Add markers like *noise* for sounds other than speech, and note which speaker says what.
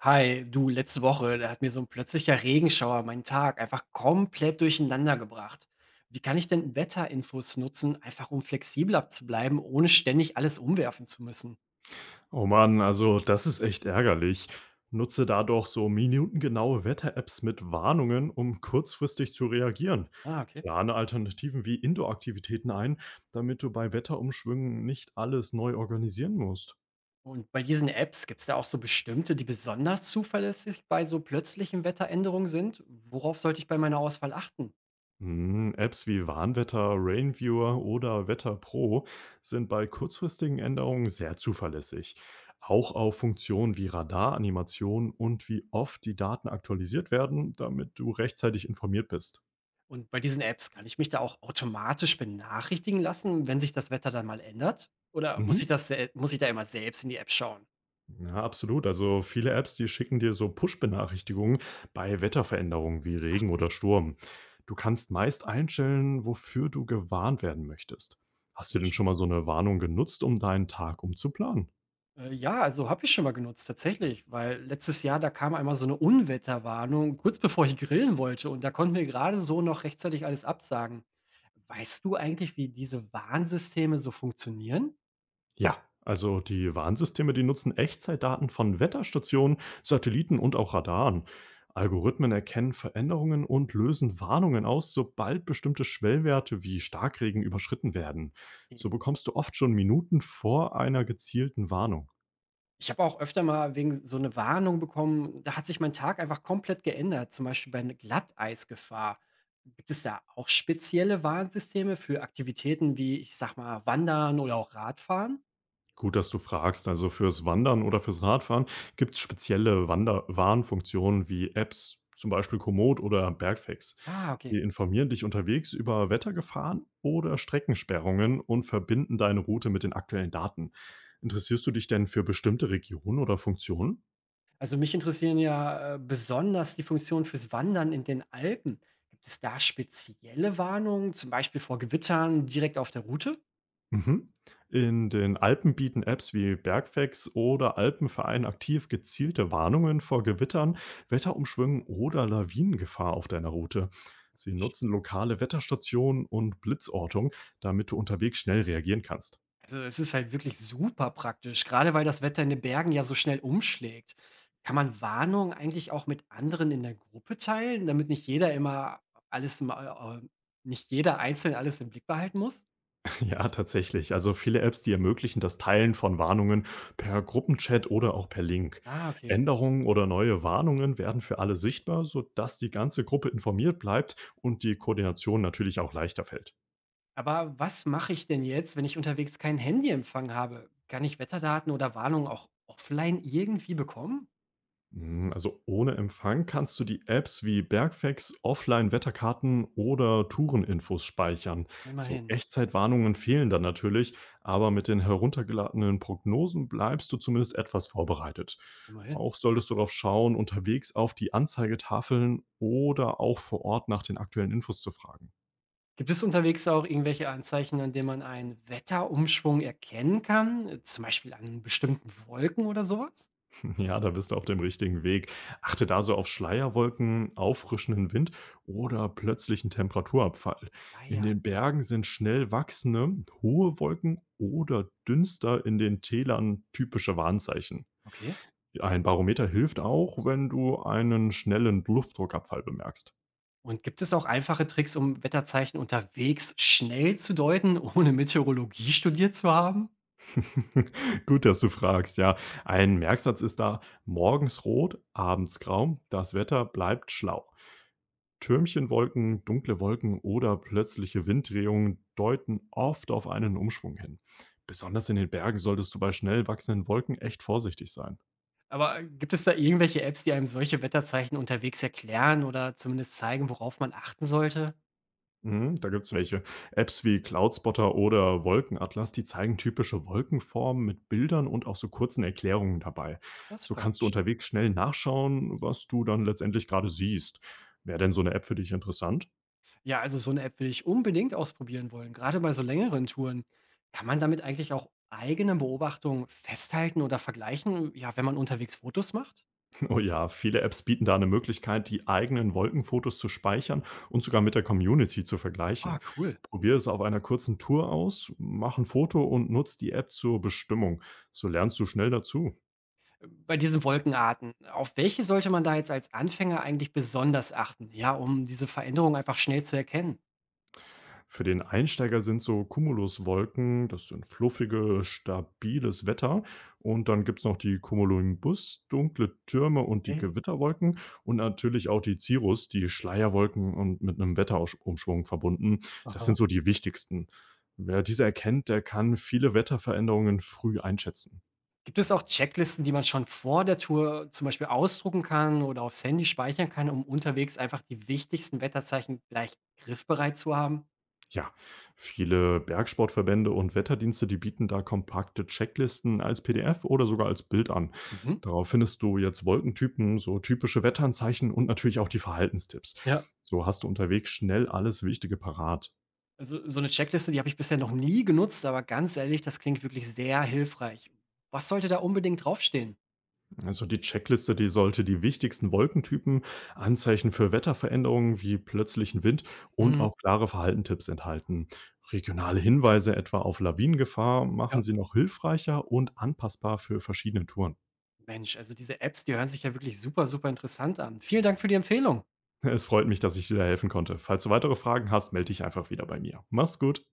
Speaker 1: Hi, du, letzte Woche, da hat mir so ein plötzlicher Regenschauer meinen Tag einfach komplett durcheinander gebracht. Wie kann ich denn Wetterinfos nutzen, einfach um flexibler zu bleiben, ohne ständig alles umwerfen zu müssen?
Speaker 2: Oh Mann, also das ist echt ärgerlich. Nutze da doch so minutengenaue Wetter-Apps mit Warnungen, um kurzfristig zu reagieren.
Speaker 1: Ah, okay.
Speaker 2: Plane Alternativen wie Indoor-Aktivitäten ein, damit du bei Wetterumschwüngen nicht alles neu organisieren musst.
Speaker 1: Und bei diesen Apps gibt es da auch so bestimmte, die besonders zuverlässig bei so plötzlichen Wetteränderungen sind? Worauf sollte ich bei meiner Auswahl achten?
Speaker 2: Hm, Apps wie Warnwetter, Rainviewer oder Wetter Pro sind bei kurzfristigen Änderungen sehr zuverlässig. Auch auf Funktionen wie Radaranimationen und wie oft die Daten aktualisiert werden, damit du rechtzeitig informiert bist.
Speaker 1: Und bei diesen Apps kann ich mich da auch automatisch benachrichtigen lassen, wenn sich das Wetter dann mal ändert? Oder muss
Speaker 2: Mhm.
Speaker 1: ich das, muss ich da immer selbst in die App schauen?
Speaker 2: Ja, absolut. Also viele Apps, die schicken dir so Push-Benachrichtigungen bei Wetterveränderungen wie
Speaker 1: Ach,
Speaker 2: Regen oder Sturm. Du kannst meist einstellen, wofür du gewarnt werden möchtest. Hast du denn
Speaker 1: echt.
Speaker 2: schon mal so eine Warnung genutzt, um deinen Tag umzuplanen?
Speaker 1: Ja, also habe ich schon mal genutzt, tatsächlich, weil letztes Jahr, da kam einmal so eine Unwetterwarnung kurz bevor ich grillen wollte und da konnten wir gerade so noch rechtzeitig alles absagen. Weißt du eigentlich, wie diese Warnsysteme so funktionieren?
Speaker 2: Ja, also die Warnsysteme, die nutzen Echtzeitdaten von Wetterstationen, Satelliten und auch Radaren. Algorithmen erkennen Veränderungen und lösen Warnungen aus, sobald bestimmte Schwellwerte wie Starkregen überschritten werden. So bekommst du oft schon Minuten vor einer gezielten Warnung.
Speaker 1: Ich habe auch öfter mal wegen so eine Warnung bekommen, da hat sich mein Tag einfach komplett geändert, zum Beispiel bei einer Glatteisgefahr. Gibt es da auch spezielle Warnsysteme für Aktivitäten wie, ich sag mal, Wandern oder auch Radfahren?
Speaker 2: Gut, dass du fragst. Also fürs Wandern oder fürs Radfahren gibt es spezielle Wander Warnfunktionen wie Apps, zum Beispiel Komoot oder Bergfix.
Speaker 1: Ah,
Speaker 2: Sie
Speaker 1: okay.
Speaker 2: informieren dich unterwegs über Wettergefahren oder Streckensperrungen und verbinden deine Route mit den aktuellen Daten. Interessierst du dich denn für bestimmte Regionen oder Funktionen?
Speaker 1: Also mich interessieren ja besonders die Funktionen fürs Wandern in den Alpen. Gibt es da spezielle Warnungen, zum Beispiel vor Gewittern direkt auf der Route?
Speaker 2: Mhm. In den Alpen bieten Apps wie Bergfex oder Alpenverein aktiv gezielte Warnungen vor Gewittern, Wetterumschwüngen oder Lawinengefahr auf deiner Route. Sie
Speaker 1: Praktisch.
Speaker 2: nutzen lokale Wetterstationen und Blitzortung, damit du unterwegs schnell reagieren kannst.
Speaker 1: Also es ist halt wirklich super praktisch, gerade weil das Wetter in den Bergen ja so schnell umschlägt. Kann man Warnungen eigentlich auch mit anderen in der Gruppe teilen, damit nicht jeder immer alles, im- äh, äh, nicht jeder einzeln alles im Blick behalten muss?
Speaker 2: *laughs* Ja, tatsächlich. Also viele Apps, die ermöglichen das Teilen von Warnungen per Gruppenchat oder auch per Link.
Speaker 1: Ah, okay.
Speaker 2: Änderungen oder neue Warnungen werden für alle sichtbar, sodass die ganze Gruppe informiert bleibt und die Koordination natürlich auch leichter fällt.
Speaker 1: Aber was mache ich denn jetzt, wenn ich unterwegs keinen Handyempfang habe? Kann ich Wetterdaten oder Warnungen auch offline irgendwie bekommen?
Speaker 2: Hm, also ohne Empfang kannst du die Apps wie Bergfex, Offline-Wetterkarten oder Toureninfos speichern. So
Speaker 1: Immerhin,
Speaker 2: Echtzeitwarnungen fehlen dann natürlich, aber mit den heruntergeladenen Prognosen bleibst du zumindest etwas vorbereitet.
Speaker 1: immerhin.
Speaker 2: Auch solltest du darauf schauen, unterwegs auf die Anzeigetafeln oder auch vor Ort nach den aktuellen Infos zu fragen.
Speaker 1: Gibt es unterwegs auch irgendwelche Anzeichen, an denen man einen Wetterumschwung erkennen kann? Zum Beispiel an bestimmten Wolken oder sowas?
Speaker 2: Ja, da bist du auf dem richtigen Weg. Achte da so auf Schleierwolken, auffrischenden Wind oder plötzlichen Temperaturabfall.
Speaker 1: Ah
Speaker 2: In
Speaker 1: ja,
Speaker 2: den
Speaker 1: Wolken,
Speaker 2: Bergen sind schnell wachsende, hohe Wolken oder Dünster in den Tälern typische Warnzeichen.
Speaker 1: okay.
Speaker 2: Ein Barometer hilft auch, wenn du einen schnellen Luftdruckabfall bemerkst.
Speaker 1: Und gibt es auch einfache Tricks, um Wetterzeichen unterwegs schnell zu deuten, ohne Meteorologie studiert zu haben?
Speaker 2: *laughs* Gut, dass du fragst, ja. Ein Merksatz ist da morgens rot, abends grau, das Wetter bleibt schlau. Türmchenwolken, dunkle Wolken oder plötzliche Winddrehungen deuten oft auf einen Umschwung hin. Besonders in den Bergen solltest du bei schnell wachsenden Wolken echt vorsichtig sein.
Speaker 1: Aber gibt es da irgendwelche Apps, die einem solche Wetterzeichen unterwegs erklären oder zumindest zeigen, worauf man achten sollte?
Speaker 2: Mhm, da gibt's welche. Apps wie Cloudspotter oder Wolkenatlas, die zeigen typische Wolkenformen mit Bildern und auch so kurzen Erklärungen dabei.
Speaker 1: Das ist
Speaker 2: So kannst du
Speaker 1: praktisch.
Speaker 2: unterwegs schnell nachschauen, was du dann letztendlich gerade siehst. Wäre denn so eine App für dich interessant?
Speaker 1: Ja, also so eine App will ich unbedingt ausprobieren wollen, gerade bei so längeren Touren. Kann man damit eigentlich auch eigene Beobachtungen festhalten oder vergleichen, ja, wenn man unterwegs Fotos macht?
Speaker 2: Oh ja, viele Apps bieten da eine Möglichkeit, die eigenen Wolkenfotos zu speichern und sogar mit der Community zu vergleichen.
Speaker 1: Ah, cool.
Speaker 2: Probier es auf einer kurzen Tour aus, mach ein Foto und nutz die App zur Bestimmung. So lernst du schnell dazu.
Speaker 1: Bei diesen Wolkenarten, auf welche sollte man da jetzt als Anfänger eigentlich besonders achten? Ja, um diese Veränderung einfach schnell zu erkennen.
Speaker 2: Für den Einsteiger sind so Cumuluswolken, das sind fluffige, stabiles Wetter. Und dann gibt's noch die Cumulonimbus, dunkle Türme und die
Speaker 1: Äh,
Speaker 2: Gewitterwolken und natürlich auch die Cirrus, die Schleierwolken und mit einem Wetterumschwung verbunden. Das sind
Speaker 1: aha.
Speaker 2: so die wichtigsten. Wer diese erkennt, der kann viele Wetterveränderungen früh einschätzen.
Speaker 1: Gibt es auch Checklisten, die man schon vor der Tour zum Beispiel ausdrucken kann oder aufs Handy speichern kann, um unterwegs einfach die wichtigsten Wetterzeichen gleich griffbereit zu haben?
Speaker 2: Ja, viele Bergsportverbände und Wetterdienste, die bieten da kompakte Checklisten als PDF oder sogar als Bild an.
Speaker 1: Mhm.
Speaker 2: Darauf findest du jetzt Wolkentypen, so typische Wetteranzeichen und natürlich auch die Verhaltenstipps.
Speaker 1: Ja,
Speaker 2: So hast du unterwegs schnell alles Wichtige parat.
Speaker 1: also so eine Checkliste, die habe ich bisher noch nie genutzt, aber ganz ehrlich, das klingt wirklich sehr hilfreich. Was sollte da unbedingt draufstehen?
Speaker 2: Also die Checkliste, die sollte die wichtigsten Wolkentypen, Anzeichen für Wetterveränderungen wie plötzlichen Wind und
Speaker 1: Mhm.
Speaker 2: auch klare Verhaltenstipps enthalten. Regionale Hinweise etwa auf Lawinengefahr
Speaker 1: Ja.
Speaker 2: machen sie noch hilfreicher und anpassbar für verschiedene Touren.
Speaker 1: Mensch, also diese Apps, die hören sich ja wirklich super, super interessant an. Vielen Dank für die Empfehlung.
Speaker 2: Es freut mich, dass ich dir da helfen konnte. Falls du weitere Fragen hast, melde dich einfach wieder bei mir. Mach's gut.